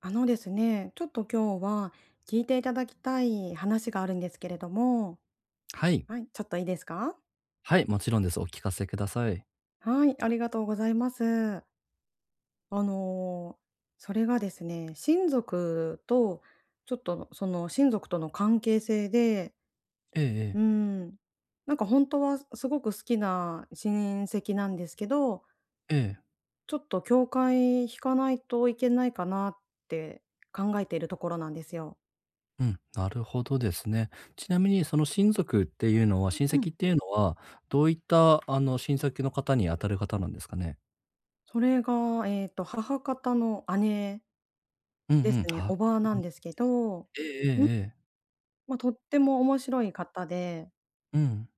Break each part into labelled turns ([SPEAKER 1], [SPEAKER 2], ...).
[SPEAKER 1] あのですね、ちょっと今日は聞いていただきたい話があるんですけれども、
[SPEAKER 2] はい。
[SPEAKER 1] はい、ちょっといいですか？
[SPEAKER 2] はい、もちろんです。お聞かせください。
[SPEAKER 1] はい、ありがとうございます。あの、それがですね、親族とちょっとその親族との関係性で、
[SPEAKER 2] ええ
[SPEAKER 1] う
[SPEAKER 2] ええ。
[SPEAKER 1] ーん、なんか本当はすごく好きな親戚なんですけど、
[SPEAKER 2] ええ。
[SPEAKER 1] ちょっと境界引かないといけないかなって考えているところなんですよ。
[SPEAKER 2] うん、なるほどですね。ちなみにその親族っていうのは親戚っていうのは、どういった親戚の方に当たる方なんですかね？
[SPEAKER 1] それが、母方の姉
[SPEAKER 2] うん
[SPEAKER 1] です
[SPEAKER 2] うん。
[SPEAKER 1] ね、
[SPEAKER 2] 母方
[SPEAKER 1] 叔母
[SPEAKER 2] な
[SPEAKER 1] な
[SPEAKER 2] ん
[SPEAKER 1] ん
[SPEAKER 2] です、
[SPEAKER 1] ですけど、
[SPEAKER 2] ええええええ。
[SPEAKER 1] ま、とっても面白い方で、
[SPEAKER 2] うん。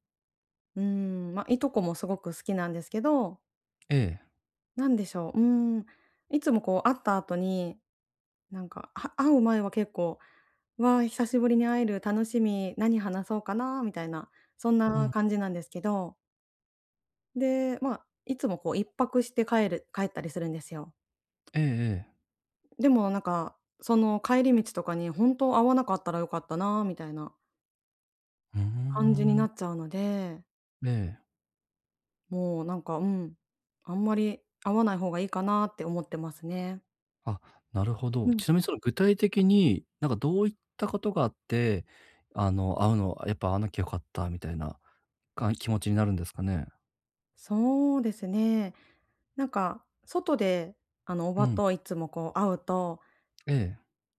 [SPEAKER 1] ま、いとこもすごく好きなんですけど、
[SPEAKER 2] ええ。
[SPEAKER 1] なんでしょう、いつもこう会った後に、会う前は結構、「わあ、久しぶりに会える、楽しみ、何話そうかな」みたいな、そん
[SPEAKER 2] う
[SPEAKER 1] な
[SPEAKER 2] ん。
[SPEAKER 1] 感じなんですけど、で、ま、いつもこう1泊して帰ったりするんですよ。
[SPEAKER 2] ええええ。
[SPEAKER 1] でもなんか、その帰り道とかに、ほんと会わなかったら良かったなみたいな
[SPEAKER 2] うー
[SPEAKER 1] 感じに
[SPEAKER 2] ん。
[SPEAKER 1] なっちゃうので、
[SPEAKER 2] ええ。
[SPEAKER 1] もうなんか、あんまり会わない方がいいかなって思ってますね。
[SPEAKER 2] あ、なるほど。
[SPEAKER 1] うん。
[SPEAKER 2] ちなみにその具体的に、なんかどういったことがあって、あの、会うのやっぱ会わなきゃよかったみたいな、気持ちになるんですかね？
[SPEAKER 1] そうですね。なんか外で、叔
[SPEAKER 2] う
[SPEAKER 1] 母
[SPEAKER 2] ん。
[SPEAKER 1] といつもこう会うと、
[SPEAKER 2] ええ。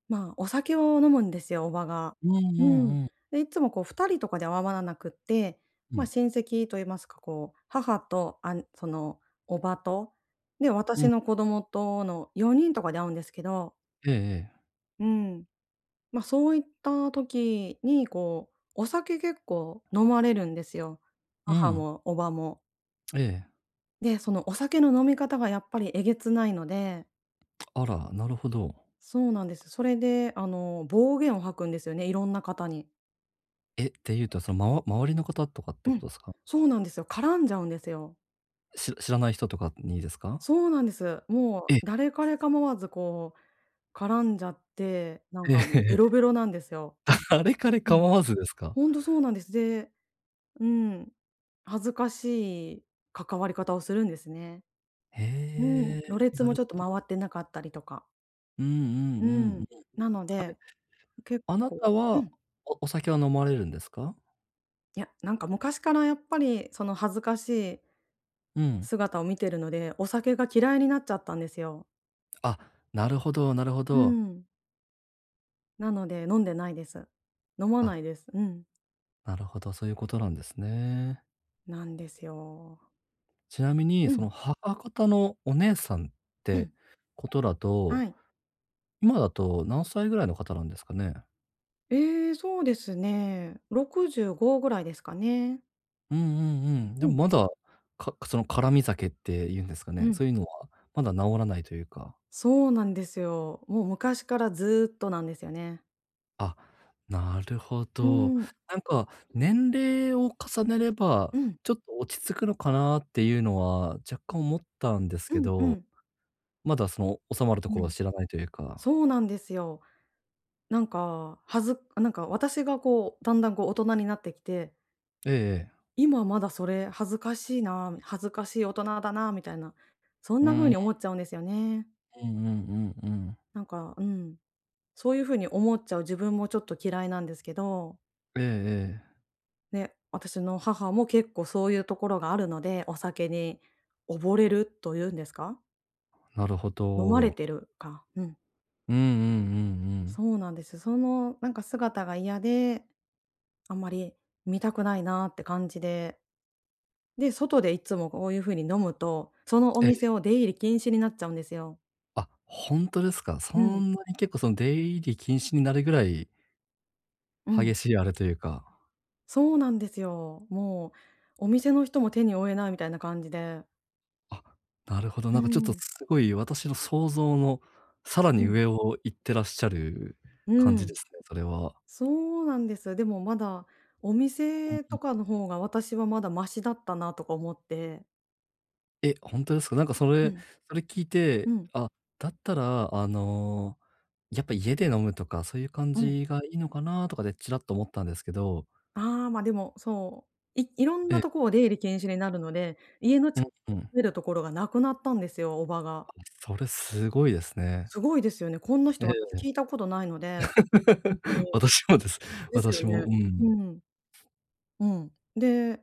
[SPEAKER 1] まあ、お酒を飲むんですよ、叔母が。
[SPEAKER 2] うんう
[SPEAKER 1] うん。
[SPEAKER 2] んうん
[SPEAKER 1] で、いつもこう2人とかで会わなくって、
[SPEAKER 2] う
[SPEAKER 1] まあ、
[SPEAKER 2] ん。
[SPEAKER 1] 親戚と言いますか、こう、母と、叔母と、で、
[SPEAKER 2] う
[SPEAKER 1] 私
[SPEAKER 2] ん。
[SPEAKER 1] の子供との4人とかで会うんですけど、
[SPEAKER 2] ええええ。
[SPEAKER 1] うん。まあ、そういった時に、こう、お酒結構飲まれるんですよ。
[SPEAKER 2] う
[SPEAKER 1] 母
[SPEAKER 2] ん。
[SPEAKER 1] も叔母も。
[SPEAKER 2] ええ。
[SPEAKER 1] で、そのお酒の飲み方がやっぱりえげつないので。
[SPEAKER 2] あら、なるほど。
[SPEAKER 1] そうなんです。それで、暴言を吐くんですよね、いろんな方に。
[SPEAKER 2] え、っていうと、その、周りの方とかって
[SPEAKER 1] う
[SPEAKER 2] こ
[SPEAKER 1] ん、
[SPEAKER 2] とですか？
[SPEAKER 1] そうなんですよ。絡んじゃうんですよ。
[SPEAKER 2] 知らない人とかにですか？
[SPEAKER 1] そうなんです。
[SPEAKER 2] え、
[SPEAKER 1] も
[SPEAKER 2] え
[SPEAKER 1] う誰彼構わず、こう、絡んじゃって、なん
[SPEAKER 2] え
[SPEAKER 1] かもう
[SPEAKER 2] え
[SPEAKER 1] ベロ
[SPEAKER 2] え。
[SPEAKER 1] ベロなんですよ。
[SPEAKER 2] あれ彼
[SPEAKER 1] う
[SPEAKER 2] 構
[SPEAKER 1] ん。
[SPEAKER 2] わずですか？
[SPEAKER 1] ほんとそうなんです。で、うん、恥ずかしい関わり方をするんですね。
[SPEAKER 2] へ
[SPEAKER 1] うん、
[SPEAKER 2] え、
[SPEAKER 1] ろれつ
[SPEAKER 2] な
[SPEAKER 1] も
[SPEAKER 2] る
[SPEAKER 1] ちょっと
[SPEAKER 2] ほ
[SPEAKER 1] 回
[SPEAKER 2] ど。
[SPEAKER 1] ってなかったりとか。
[SPEAKER 2] うんうん
[SPEAKER 1] う
[SPEAKER 2] うんうん。
[SPEAKER 1] ん。なの
[SPEAKER 2] あれ、
[SPEAKER 1] で、結
[SPEAKER 2] あなた
[SPEAKER 1] 構。う
[SPEAKER 2] は、
[SPEAKER 1] ん。
[SPEAKER 2] お酒は飲まれるんですか？
[SPEAKER 1] いや、なんか昔からやっぱりその恥ずかしい
[SPEAKER 2] うん。
[SPEAKER 1] 姿を見てるので、お酒が嫌いになっちゃったんですよ。
[SPEAKER 2] あ、なるほどなるほ
[SPEAKER 1] う
[SPEAKER 2] ど。
[SPEAKER 1] ん。なので飲んでないです。飲ま
[SPEAKER 2] あ、
[SPEAKER 1] ないです。うん。
[SPEAKER 2] なるほど、そういうことなんですね。
[SPEAKER 1] なんですよ。
[SPEAKER 2] ちなみに、
[SPEAKER 1] う
[SPEAKER 2] その、
[SPEAKER 1] ん、
[SPEAKER 2] 母方のお姉さんっ
[SPEAKER 1] う
[SPEAKER 2] て
[SPEAKER 1] ん。
[SPEAKER 2] ことだと
[SPEAKER 1] はい。
[SPEAKER 2] 今だと何歳ぐらいの方なんですかね？
[SPEAKER 1] ええ、そうですね。65ぐらいですかね。
[SPEAKER 2] うんうんうん。で
[SPEAKER 1] う
[SPEAKER 2] も
[SPEAKER 1] ん、
[SPEAKER 2] まだ、その辛味酒って言うんですか
[SPEAKER 1] う
[SPEAKER 2] ね、
[SPEAKER 1] ん。
[SPEAKER 2] そういうのはまだ治らないというか。
[SPEAKER 1] そうなんですよ。もう昔からずっとなんですよね。
[SPEAKER 2] あ、なるほ
[SPEAKER 1] う
[SPEAKER 2] ど。
[SPEAKER 1] ん、
[SPEAKER 2] なんか、年齢を重ねれば、
[SPEAKER 1] うん。
[SPEAKER 2] ちょっと落ち着くのかなっていうのは若干思ったんです
[SPEAKER 1] う
[SPEAKER 2] け
[SPEAKER 1] んう
[SPEAKER 2] ど、
[SPEAKER 1] ん。
[SPEAKER 2] まだその収まると
[SPEAKER 1] う
[SPEAKER 2] ころを
[SPEAKER 1] ん。
[SPEAKER 2] 知らないというか。
[SPEAKER 1] そうなんですよ。なんか、はずなんか私がこう、だんだんこう大人になってきて、
[SPEAKER 2] ええ、
[SPEAKER 1] 今まだそれ恥ずかしいな、恥ずかしい大人だなみたいな、そん
[SPEAKER 2] う
[SPEAKER 1] な風
[SPEAKER 2] ん、
[SPEAKER 1] に思っちゃうんですよね。
[SPEAKER 2] うんうんうんうん。
[SPEAKER 1] なんか、そういう風に思っちゃう自分もちょっと嫌いなんですけど、
[SPEAKER 2] ええええ。
[SPEAKER 1] ね、私の母も結構そういうところがあるので、お酒に溺れるというんですか？
[SPEAKER 2] なるほ
[SPEAKER 1] 飲ま
[SPEAKER 2] ど。
[SPEAKER 1] れてるか、うん。
[SPEAKER 2] うんうんうんうん。
[SPEAKER 1] そうなんです。そのなんか姿が嫌であんまり見たくないなって感じで、で、外でいつもこういう風に飲むと、そのお
[SPEAKER 2] え
[SPEAKER 1] 店
[SPEAKER 2] え。
[SPEAKER 1] を出入り禁止になっちゃうんですよ。
[SPEAKER 2] あ、ほんとですか。そ
[SPEAKER 1] うん、
[SPEAKER 2] んなに結構その出入り禁止になるぐらい
[SPEAKER 1] うん。
[SPEAKER 2] 激しいあれというか、
[SPEAKER 1] そうなんですよ。もうお店の人も手に負えないみたいな感じで。
[SPEAKER 2] あ、なるほど、
[SPEAKER 1] う
[SPEAKER 2] なんかちょっと
[SPEAKER 1] ん、
[SPEAKER 2] すごい私の想像のさら
[SPEAKER 1] う
[SPEAKER 2] に
[SPEAKER 1] ん、
[SPEAKER 2] 上を行ってらっしゃる感
[SPEAKER 1] う
[SPEAKER 2] じで
[SPEAKER 1] ん。
[SPEAKER 2] すね、それは。
[SPEAKER 1] そうなんです。でもまだお
[SPEAKER 2] う
[SPEAKER 1] 店と
[SPEAKER 2] ん。
[SPEAKER 1] かの方が私はまだマシだったなとか思って。
[SPEAKER 2] え、ほんとですか？なんかそ
[SPEAKER 1] う
[SPEAKER 2] れ、
[SPEAKER 1] ん、
[SPEAKER 2] それ聞いて、
[SPEAKER 1] うん、
[SPEAKER 2] あ、だったらあの、やっぱ家で飲むとか、そういう感
[SPEAKER 1] うん。
[SPEAKER 2] じがいいのかなとかでちらっと思ったんですけど、
[SPEAKER 1] ああ、ま、でも、いろん
[SPEAKER 2] え
[SPEAKER 1] な
[SPEAKER 2] え、
[SPEAKER 1] とこを出入り禁止になるので、家の
[SPEAKER 2] う
[SPEAKER 1] 近く
[SPEAKER 2] ん
[SPEAKER 1] に
[SPEAKER 2] うん。
[SPEAKER 1] 住めるところがなくなったんですよ、叔母が。
[SPEAKER 2] それすごいですね。
[SPEAKER 1] すごいですよね。こんな
[SPEAKER 2] え
[SPEAKER 1] 人私
[SPEAKER 2] え。
[SPEAKER 1] 聞いたことないので、ほんとに。
[SPEAKER 2] 私もです。
[SPEAKER 1] ですよ
[SPEAKER 2] 私も、
[SPEAKER 1] ね。
[SPEAKER 2] うん。
[SPEAKER 1] うん、うん。で、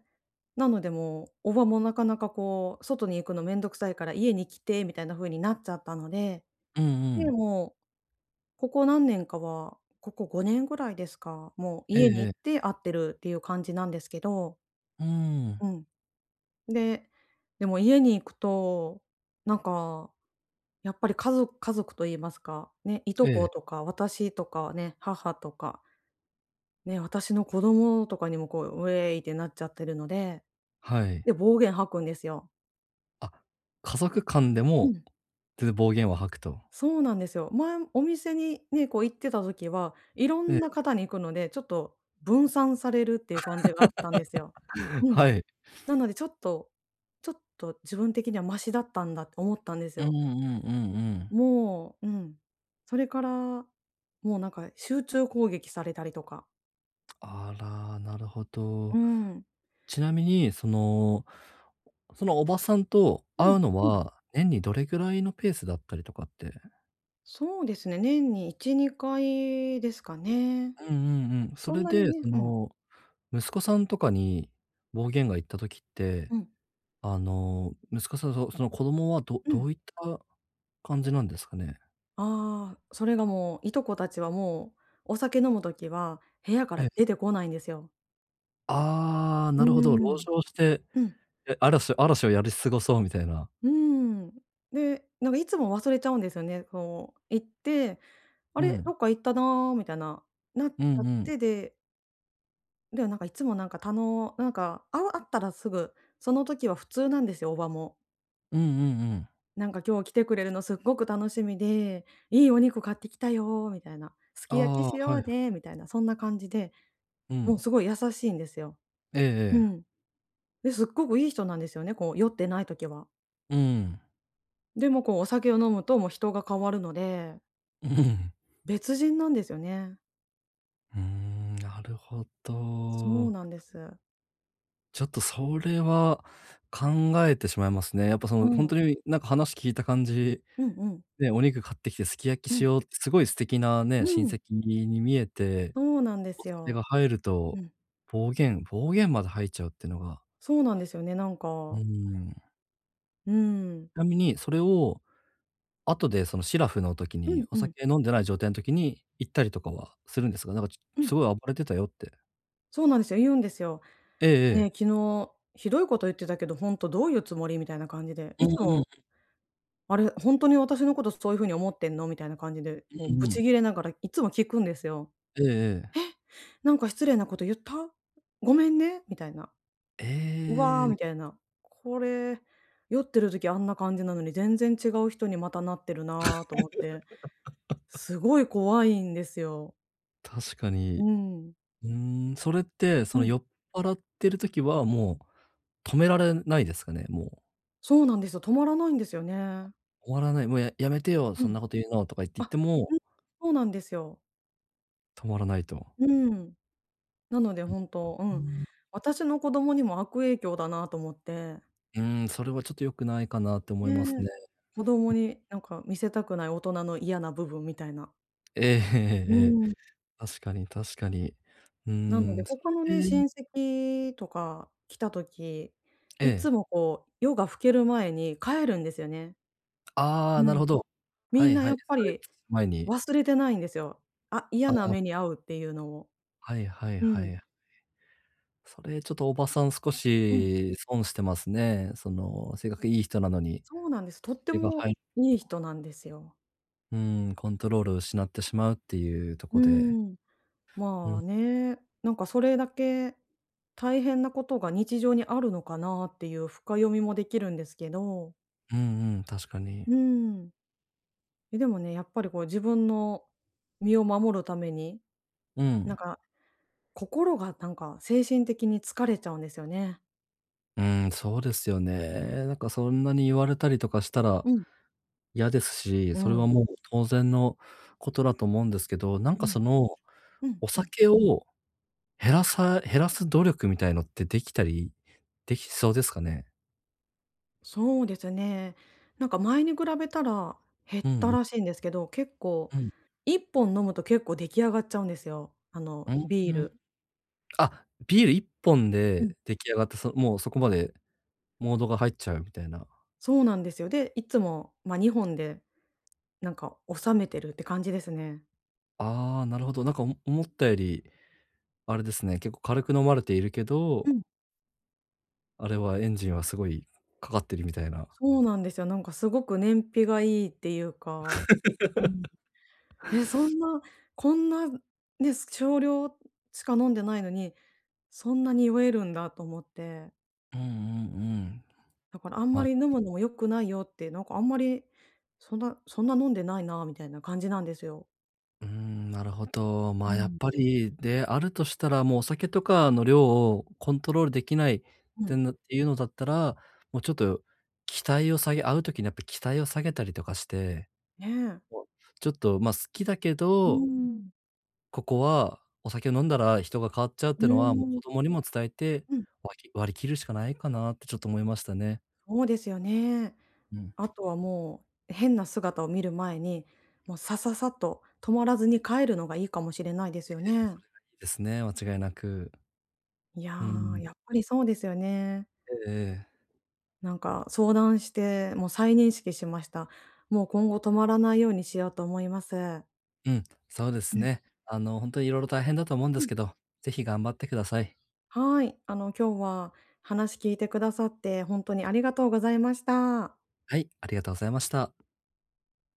[SPEAKER 1] なのでもう、叔母もなかなかこう、外に行くのめんどくさいから家に来てみたいな風になっちゃったので、
[SPEAKER 2] うんう
[SPEAKER 1] で、
[SPEAKER 2] ん。
[SPEAKER 1] もう、ここ何年かは、ここ5年ぐらいですか、もう
[SPEAKER 2] ええ
[SPEAKER 1] 家に行
[SPEAKER 2] え
[SPEAKER 1] っ
[SPEAKER 2] え。
[SPEAKER 1] て会ってるっていう感じなんですけど、
[SPEAKER 2] うん。
[SPEAKER 1] うん。で、でも家に行くと、なんか、やっぱり、家族と言いますか、ね、いと
[SPEAKER 2] え
[SPEAKER 1] こ
[SPEAKER 2] え、
[SPEAKER 1] とか私とかね、母とか、ね、私の子供とかにもこう、ウェイってなっちゃってるので、
[SPEAKER 2] はい。
[SPEAKER 1] で、暴言吐くんですよ。
[SPEAKER 2] あ、家族間で
[SPEAKER 1] う
[SPEAKER 2] も、
[SPEAKER 1] ん、
[SPEAKER 2] 全然暴言は吐くと。
[SPEAKER 1] そうなんですよ。前、お店にね、こう行ってた時は、いろ
[SPEAKER 2] え
[SPEAKER 1] ん
[SPEAKER 2] え、
[SPEAKER 1] な方に行くので、ちょっと分散されるっていう感じがあったんですよ。うん。
[SPEAKER 2] はい。
[SPEAKER 1] なのでちょっと自分的にはマシだったんだって思ったんです
[SPEAKER 2] うんう
[SPEAKER 1] よ。
[SPEAKER 2] んうんうん。
[SPEAKER 1] もう、うん。それから、もうなんか集中攻撃されたりとか。
[SPEAKER 2] あら、なるほど。
[SPEAKER 1] うん。
[SPEAKER 2] ちなみに、その、そのおばさんと
[SPEAKER 1] う
[SPEAKER 2] 会
[SPEAKER 1] ん
[SPEAKER 2] うの
[SPEAKER 1] うん。
[SPEAKER 2] は、年にどれぐらいのペースだったりとかって。
[SPEAKER 1] そうですね、年に1、2回ですかね。
[SPEAKER 2] うんうんうん。そ
[SPEAKER 1] そん
[SPEAKER 2] れ
[SPEAKER 1] なに
[SPEAKER 2] で、
[SPEAKER 1] ね。
[SPEAKER 2] そ
[SPEAKER 1] うん、
[SPEAKER 2] の、息子さんとかに暴言が言った時って、
[SPEAKER 1] うん、
[SPEAKER 2] あの、息子さん、その子供はど
[SPEAKER 1] う
[SPEAKER 2] ど
[SPEAKER 1] ん。
[SPEAKER 2] ういった感じなんですかね？
[SPEAKER 1] ああ、それがもう、いとこたちはもう、お酒飲むときは部屋か
[SPEAKER 2] え
[SPEAKER 1] ら出
[SPEAKER 2] え。
[SPEAKER 1] てこないんですよ。
[SPEAKER 2] ああ、
[SPEAKER 1] う
[SPEAKER 2] なるほど、
[SPEAKER 1] ー
[SPEAKER 2] 籠
[SPEAKER 1] ん。
[SPEAKER 2] 城して、
[SPEAKER 1] うん。
[SPEAKER 2] え、嵐をやり過ごそうみたいな。
[SPEAKER 1] うーん。で、なんかいつも忘れちゃうんですよね。こう、行って、あ
[SPEAKER 2] う
[SPEAKER 1] れ、
[SPEAKER 2] ん。
[SPEAKER 1] どっか行ったなーみたいな、なっち
[SPEAKER 2] う
[SPEAKER 1] ゃ
[SPEAKER 2] ん
[SPEAKER 1] っ
[SPEAKER 2] うん。
[SPEAKER 1] て、ででもなんかいつもなんかたのなんか、あう会ったらすぐ、その時は普通なんですよ、おばも。
[SPEAKER 2] うんうんうん。
[SPEAKER 1] なんか今日来てくれるのすっごく楽しみで、いいお肉買ってきたよみたいな、す
[SPEAKER 2] あ
[SPEAKER 1] き焼きし
[SPEAKER 2] あ、
[SPEAKER 1] よ
[SPEAKER 2] は
[SPEAKER 1] う
[SPEAKER 2] い。
[SPEAKER 1] ねみたいな、そんな感じで、
[SPEAKER 2] う
[SPEAKER 1] もう
[SPEAKER 2] ん。
[SPEAKER 1] すごい優しいんですよ。
[SPEAKER 2] ええ
[SPEAKER 1] う
[SPEAKER 2] ええ。
[SPEAKER 1] ん。で、すっごくいい人なんですよね、こう酔ってない時は。
[SPEAKER 2] うん。
[SPEAKER 1] でもこうお酒を飲むともう人が変わるので、別人なんですよね。
[SPEAKER 2] うん。うーん、なるほ
[SPEAKER 1] そう
[SPEAKER 2] ど。
[SPEAKER 1] なんです。
[SPEAKER 2] ちょっとそれは考えてしまいますね。やっぱそ
[SPEAKER 1] う
[SPEAKER 2] の、ほん
[SPEAKER 1] ん。
[SPEAKER 2] とになんか話聞いた感じ、
[SPEAKER 1] うんうん。
[SPEAKER 2] ね、お肉買ってきてすき焼き
[SPEAKER 1] う
[SPEAKER 2] し
[SPEAKER 1] ん。
[SPEAKER 2] ようってすごい素敵なね、
[SPEAKER 1] う
[SPEAKER 2] 親戚
[SPEAKER 1] ん。
[SPEAKER 2] に見えて
[SPEAKER 1] そうなんで
[SPEAKER 2] お
[SPEAKER 1] す
[SPEAKER 2] 酒が
[SPEAKER 1] よ。
[SPEAKER 2] 入ると、
[SPEAKER 1] うん。
[SPEAKER 2] 暴言まで吐いちゃうってのが、
[SPEAKER 1] そうなんですよね、なん
[SPEAKER 2] うー
[SPEAKER 1] か。
[SPEAKER 2] ん。
[SPEAKER 1] うん。
[SPEAKER 2] ちなみにそれを、後でそのシラフの時
[SPEAKER 1] う
[SPEAKER 2] に、
[SPEAKER 1] ん
[SPEAKER 2] お
[SPEAKER 1] うん。
[SPEAKER 2] 酒飲んでない状態の時に言ったりとかはするんですか？なんか
[SPEAKER 1] う
[SPEAKER 2] す
[SPEAKER 1] ん。
[SPEAKER 2] ごい暴れてたよって。
[SPEAKER 1] そうなんですよ、言うんですよ。
[SPEAKER 2] ええ
[SPEAKER 1] ね、
[SPEAKER 2] ええ。
[SPEAKER 1] 昨日ひどいこと言ってたけど、ほんとどういうつもりみたいな感じで、
[SPEAKER 2] う
[SPEAKER 1] いつ
[SPEAKER 2] んう
[SPEAKER 1] も
[SPEAKER 2] ん
[SPEAKER 1] あれ、ほんとに私のことそういう風に思ってんのみたいな感じで、も
[SPEAKER 2] う
[SPEAKER 1] う
[SPEAKER 2] ん
[SPEAKER 1] ブ
[SPEAKER 2] うん。
[SPEAKER 1] チギレながらいつも聞くんですよ。
[SPEAKER 2] ええええ。
[SPEAKER 1] なんか失礼なこと言った？ごめんね、みたいな。
[SPEAKER 2] え
[SPEAKER 1] うわ、み
[SPEAKER 2] え、
[SPEAKER 1] たいな。これ、酔ってる時あんな感じなのに、全然違う人にまたなってるなと思って、すごい怖いんですよ。
[SPEAKER 2] 確か
[SPEAKER 1] う
[SPEAKER 2] に。
[SPEAKER 1] ん。
[SPEAKER 2] うーん、それって
[SPEAKER 1] う
[SPEAKER 2] その
[SPEAKER 1] ん。
[SPEAKER 2] 酔っ払ってる時はもう止められないですかね？もう、
[SPEAKER 1] そうなんですよ、止まらないんですよね。
[SPEAKER 2] 終わらない、もうやめてよ、
[SPEAKER 1] う
[SPEAKER 2] そん
[SPEAKER 1] ん
[SPEAKER 2] なこと言うのとか言っ
[SPEAKER 1] あ、
[SPEAKER 2] ても、
[SPEAKER 1] うん、そうなんですよ。
[SPEAKER 2] 止まらないと。
[SPEAKER 1] うん。なので本当、う
[SPEAKER 2] うー
[SPEAKER 1] ん、
[SPEAKER 2] ん。
[SPEAKER 1] 私の子供にも悪影響だなと思って。
[SPEAKER 2] うーん、それはちょっと良くないかなって思います
[SPEAKER 1] ね、
[SPEAKER 2] ね。
[SPEAKER 1] 子供になんか見せたくない大人の嫌な部分みたいな。
[SPEAKER 2] ええええ
[SPEAKER 1] う
[SPEAKER 2] ええ。
[SPEAKER 1] ん。
[SPEAKER 2] 確かに。うー
[SPEAKER 1] なので、
[SPEAKER 2] ん、そ
[SPEAKER 1] 他のね、
[SPEAKER 2] れで
[SPEAKER 1] 親戚とか来た時、
[SPEAKER 2] え
[SPEAKER 1] いつ
[SPEAKER 2] え。
[SPEAKER 1] もこう夜が更ける前に帰るんですよね。
[SPEAKER 2] ああ、
[SPEAKER 1] う
[SPEAKER 2] なるほ
[SPEAKER 1] ん。
[SPEAKER 2] ど。は
[SPEAKER 1] みん
[SPEAKER 2] い
[SPEAKER 1] な
[SPEAKER 2] はい、
[SPEAKER 1] や
[SPEAKER 2] エ
[SPEAKER 1] っ
[SPEAKER 2] ス
[SPEAKER 1] ぱ
[SPEAKER 2] カレー
[SPEAKER 1] り
[SPEAKER 2] トする前に。
[SPEAKER 1] 忘れてないんですよ。あ、嫌
[SPEAKER 2] あ
[SPEAKER 1] な
[SPEAKER 2] あ、
[SPEAKER 1] 目に遭うっていうのを。
[SPEAKER 2] はいはい
[SPEAKER 1] う
[SPEAKER 2] は
[SPEAKER 1] ん、
[SPEAKER 2] い。それちょっとおばさん少
[SPEAKER 1] うん、
[SPEAKER 2] し損してますね。その、性格いい人なのに、
[SPEAKER 1] そうなんです。
[SPEAKER 2] お
[SPEAKER 1] とって
[SPEAKER 2] 酒が
[SPEAKER 1] も
[SPEAKER 2] 入
[SPEAKER 1] い
[SPEAKER 2] る
[SPEAKER 1] い
[SPEAKER 2] と、
[SPEAKER 1] 人なんですよ。
[SPEAKER 2] うーん、コントロールを失ってしまうっていうとこ
[SPEAKER 1] う
[SPEAKER 2] で、
[SPEAKER 1] ん、
[SPEAKER 2] う
[SPEAKER 1] ま
[SPEAKER 2] ん、
[SPEAKER 1] あね、なんかそれだけ大変なことが日常にあるのかなっていう深読みもできるんですけど、
[SPEAKER 2] うんうん、確かに。
[SPEAKER 1] うん。え、でもね、やっぱりこう自分の身を守るために、
[SPEAKER 2] う
[SPEAKER 1] なん
[SPEAKER 2] ん。
[SPEAKER 1] か心がなんか精神的に疲れちゃうんですよね。
[SPEAKER 2] うーん、そうですよね。なんかそんなに言われたりとかしたら
[SPEAKER 1] うん。
[SPEAKER 2] 嫌ですし、
[SPEAKER 1] う
[SPEAKER 2] それは
[SPEAKER 1] ん。
[SPEAKER 2] もう当然のことだと思うんですけど、なん
[SPEAKER 1] う
[SPEAKER 2] か
[SPEAKER 1] ん。
[SPEAKER 2] その、
[SPEAKER 1] うん
[SPEAKER 2] お
[SPEAKER 1] うん。
[SPEAKER 2] 酒を減らす努力みたいのってできたりできそうですかね？
[SPEAKER 1] そうですね。なんか前に比べたら減っ
[SPEAKER 2] う
[SPEAKER 1] た
[SPEAKER 2] んう
[SPEAKER 1] らしいんですけど、結構
[SPEAKER 2] ん、う
[SPEAKER 1] 一本飲むと結構出来上がっちゃうんですよ、あの
[SPEAKER 2] ん、う
[SPEAKER 1] ビー
[SPEAKER 2] ーん。
[SPEAKER 1] ル。
[SPEAKER 2] あ、ビール1本で出来上がって、そもうそこまでモードが入っちゃうみたいな。
[SPEAKER 1] そうなんですよ。で、いつも、まあ、2本でなんか収めてるって感じですね。
[SPEAKER 2] ああ、なるほど。なんか思ったより、あれですね、結構軽く飲まれているけど、
[SPEAKER 1] うん。
[SPEAKER 2] あれはエンジンはすごいかかってるみたいな。
[SPEAKER 1] そうなんですよ。なんかすごく燃費がいいっていうか。うん。え、そんな、こんな、ね、少量しか飲んでないのに、そんなに酔えるんだと思って、
[SPEAKER 2] うんうんうん。
[SPEAKER 1] だからあんま
[SPEAKER 2] ま
[SPEAKER 1] り飲むのも良くないよって、なんかあんまり、そんなそんな飲んでないなみたいな感じなんですよ。
[SPEAKER 2] うーん、なるほど。ま
[SPEAKER 1] う
[SPEAKER 2] あ、やっ
[SPEAKER 1] ん。
[SPEAKER 2] ぱり、で、あるとしたら、もうお酒とかの量をコントロールできないっ
[SPEAKER 1] う
[SPEAKER 2] て
[SPEAKER 1] ん、
[SPEAKER 2] なっていうのだったら、もうちょっと期待を下げ会う時にやっぱ期待を下げたりとかして、
[SPEAKER 1] ねえ。
[SPEAKER 2] ちょっと、ま、好きだけ
[SPEAKER 1] う
[SPEAKER 2] ど、
[SPEAKER 1] ん。
[SPEAKER 2] ここはお酒を飲んだら人が変わっちゃうっていう
[SPEAKER 1] う
[SPEAKER 2] のは、もう
[SPEAKER 1] ん、
[SPEAKER 2] 子供にも伝えて、
[SPEAKER 1] うん、
[SPEAKER 2] 割り切るしかないかなってちょっと思いましたね。
[SPEAKER 1] そうですよね。
[SPEAKER 2] うん。
[SPEAKER 1] あとはもう、変な姿を見る前に、もうさささっと止まらずに帰るのがいいかもしれないで
[SPEAKER 2] でそれがい
[SPEAKER 1] すよね。
[SPEAKER 2] いですね、間違いなく。
[SPEAKER 1] いや
[SPEAKER 2] う
[SPEAKER 1] ー、
[SPEAKER 2] ん。
[SPEAKER 1] やっぱりそうですよね。
[SPEAKER 2] ええええ。
[SPEAKER 1] なんか相談して、もう再認識しました。もう今後止まらないようにしようと思います。
[SPEAKER 2] うん、そうで
[SPEAKER 1] う
[SPEAKER 2] す
[SPEAKER 1] ん、
[SPEAKER 2] ね。あの、本当にいろいろ大変だと思うんで
[SPEAKER 1] う
[SPEAKER 2] す
[SPEAKER 1] ん。
[SPEAKER 2] けど、ぜひ頑張ってください。
[SPEAKER 1] はい、あの今日は話聞いてくださって、本当にありがとうございました。
[SPEAKER 2] はい、ありがとうございました。